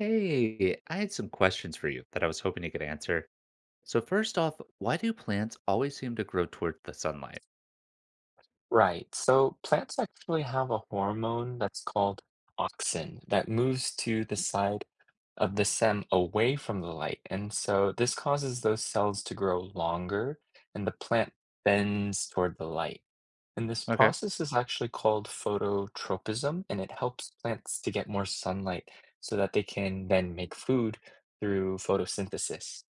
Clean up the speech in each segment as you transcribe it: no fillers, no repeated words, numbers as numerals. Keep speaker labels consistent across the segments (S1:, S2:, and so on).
S1: Hey, I had some questions for you that I was hoping you could answer. So first off, why do plants always seem to grow toward the sunlight?
S2: Right. So plants actually have a hormone that's called auxin that moves to the side of the stem away from the light. And so this causes those cells to grow longer and the plant bends toward the light. And this
S1: Okay,
S2: process is actually called phototropism, and it helps plants to get more sunlight so that they can then make food through photosynthesis.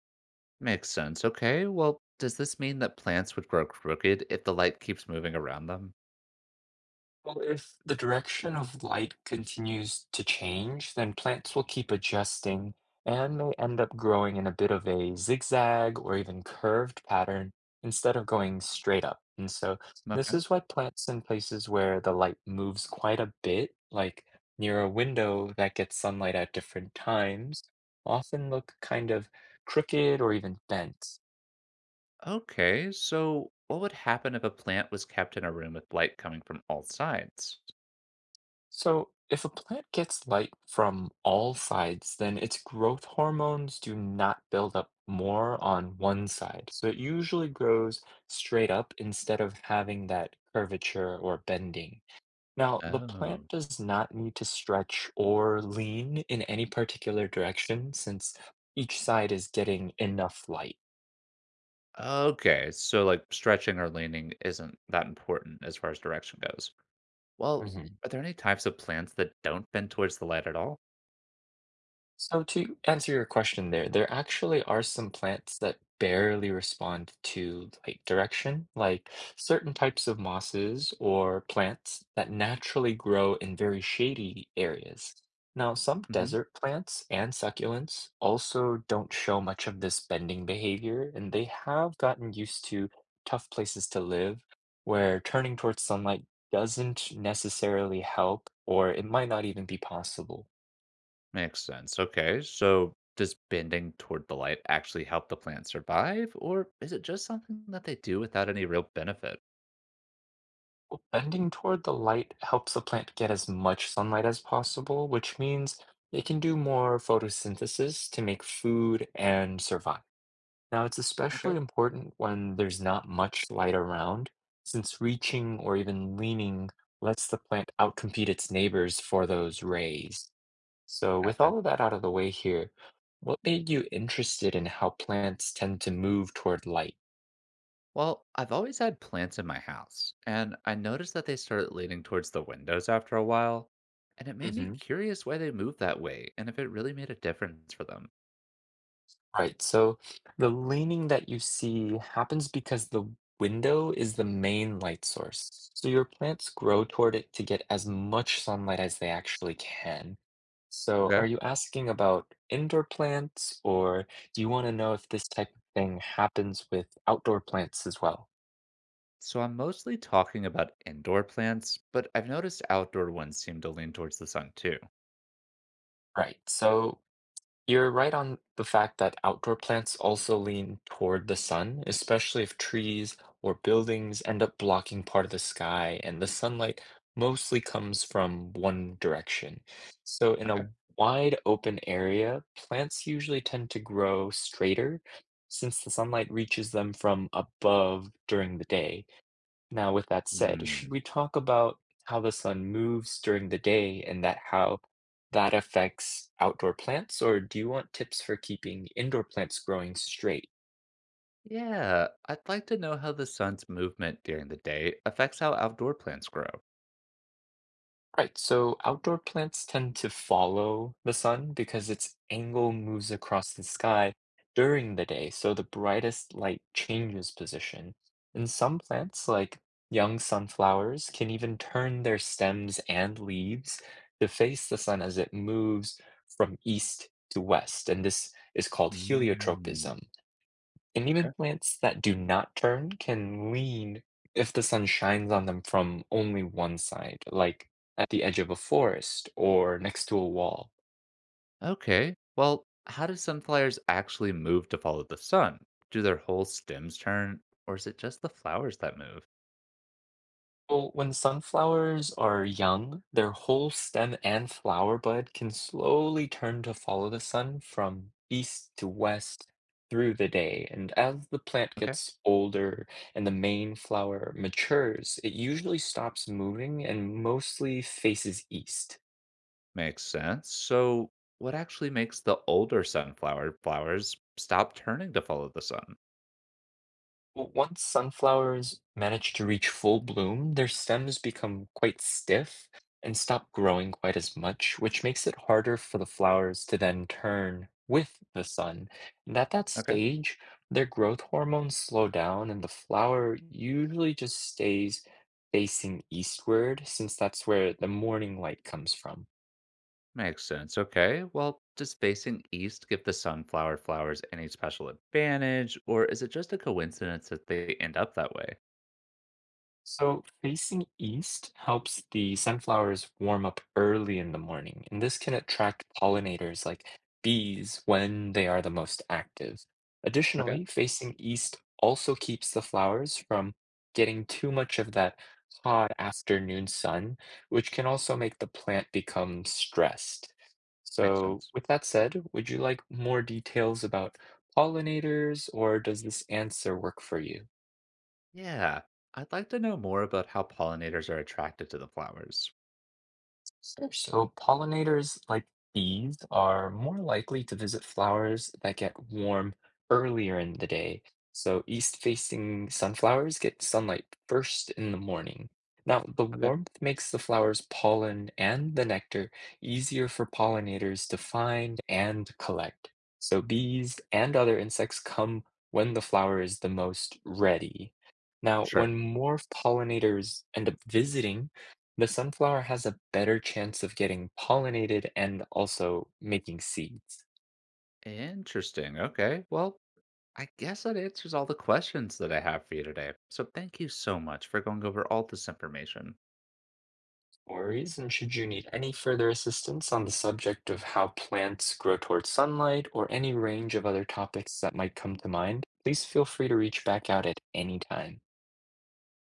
S1: makes sense. Okay, well, does this mean that plants would grow crooked if the light keeps moving around them?
S2: Well, if the direction of light continues to change, then plants will keep adjusting and may end up growing in a bit of a zigzag or even curved pattern instead of going straight up. And so, this
S1: Okay.
S2: is why plants in places where the light moves quite a bit, like near a window that gets sunlight at different times, often look kind of crooked or even bent.
S1: Okay, so what would happen if a plant was kept in a room with light coming from all sides?
S2: So, if a plant gets light from all sides, then its growth hormones do not build up more on one side. So, it usually grows straight up instead of having that curvature or bending. Now, the plant
S1: Oh.
S2: does not need to stretch or lean in any particular direction since each side is getting enough light.
S1: Okay, so like stretching or leaning isn't that important as far as direction goes. Well,
S2: Mhm.
S1: are there any types of plants that don't bend towards the light at all?
S2: So to answer your question there, there actually are some plants that barely respond to light direction, like certain types of mosses or plants that naturally grow in very shady areas. Now, some desert plants and succulents also don't show much of this bending behavior, and they have gotten used to tough places to live where turning towards sunlight doesn't necessarily help, or it might not even be possible.
S1: Makes sense. Okay. So does bending toward the light actually help the plant survive, or is it just something that they do without any real benefit?
S2: Bending toward the light helps the plant get as much sunlight as possible, which means it can do more photosynthesis to make food and survive. Now, it's especially
S1: Okay.
S2: important when there's not much light around, since reaching or even leaning lets the plant outcompete its neighbors for those rays. So, with
S1: Gotcha.
S2: all of that out of the way here, what made you interested in how plants tend to move toward light?
S1: Well, I've always had plants in my house, and I noticed that they started leaning towards the windows after a while, and it made me
S2: Hmm.
S1: curious why they moved that way and if it really made a difference for them.
S2: Right. So the leaning that you see happens because the window is the main light source. So your plants grow toward it to get as much sunlight as they actually can. So
S1: Okay.
S2: are you asking about indoor plants, or do you want to know if this type of thing happens with outdoor plants as well?
S1: So I'm mostly talking about indoor plants, but I've noticed outdoor ones seem to lean towards the sun too.
S2: Right. You're right on the fact that outdoor plants also lean toward the sun, especially if trees or buildings end up blocking part of the sky and the sunlight mostly comes from one direction. So, in a wide open area, plants usually tend to grow straighter since the sunlight reaches them from above during the day. Now, with that said, should
S1: Okay.
S2: we talk about how the sun moves during the day and that how that affects outdoor plants, or do you want tips for keeping indoor plants growing straight?
S1: Yeah, I'd like to know how the sun's movement during the day affects how outdoor plants grow.
S2: Right, so outdoor plants tend to follow the sun because its angle moves across the sky during the day, so the brightest light changes position. And some plants, like young sunflowers, can even turn their stems and leaves to face the sun as it moves from east to west, and this is called
S1: Mm.
S2: heliotropism. And even
S1: Okay.
S2: plants that do not turn can lean if the sun shines on them from only one side, like at the edge of a forest or next to a wall.
S1: Okay, well, how do sunflowers actually move to follow the sun? Do their whole stems turn, or is it just the flowers that move?
S2: Well, when sunflowers are young, their whole stem and flower bud can slowly turn to follow the sun from east to west through the day. And as the plant
S1: Okay,
S2: gets older and the main flower matures, it usually stops moving and mostly faces east.
S1: makes sense. So, what actually makes the older sunflower flowers stop turning to follow the sun?
S2: Well, once sunflowers manage to reach full bloom, their stems become quite stiff and stop growing quite as much, which makes it harder for the flowers to then turn with the sun. And at that
S1: Okay.
S2: stage, their growth hormones slow down, and the flower usually just stays facing eastward, since that's where the morning light comes from.
S1: Makes sense. Okay. Well, does facing east give the sunflower flowers any special advantage, or is it just a coincidence that they end up that way?
S2: So facing east helps the sunflowers warm up early in the morning, and this can attract pollinators like bees when they are the most active.
S1: Okay.
S2: Additionally, facing east also keeps the flowers from getting too much of that hot afternoon sun, which can also make the plant become stressed.
S1: Makes
S2: So,
S1: sense.
S2: with that said, would you like more details about pollinators, or does this answer work for you?
S1: Yeah. I'd like to know more about how pollinators are attracted to the flowers.
S2: Sure. So pollinators like bees are more likely to visit flowers that get warm earlier in the day. So east-facing sunflowers get sunlight first in the morning. Now, the
S1: Okay.
S2: warmth makes the flower's pollen and the nectar easier for pollinators to find and collect. So bees and other insects come when the flower is the most ready. Now,
S1: Sure.
S2: when more pollinators end up visiting, the sunflower has a better chance of getting pollinated and also making seeds.
S1: Interesting. Okay. Well, I guess that answers all the questions that I have for you today. So thank you so much for going over all this information.
S2: No worries, and should you need any further assistance on the subject of how plants grow towards sunlight or any range of other topics that might come to mind, please feel free to reach back out at any time.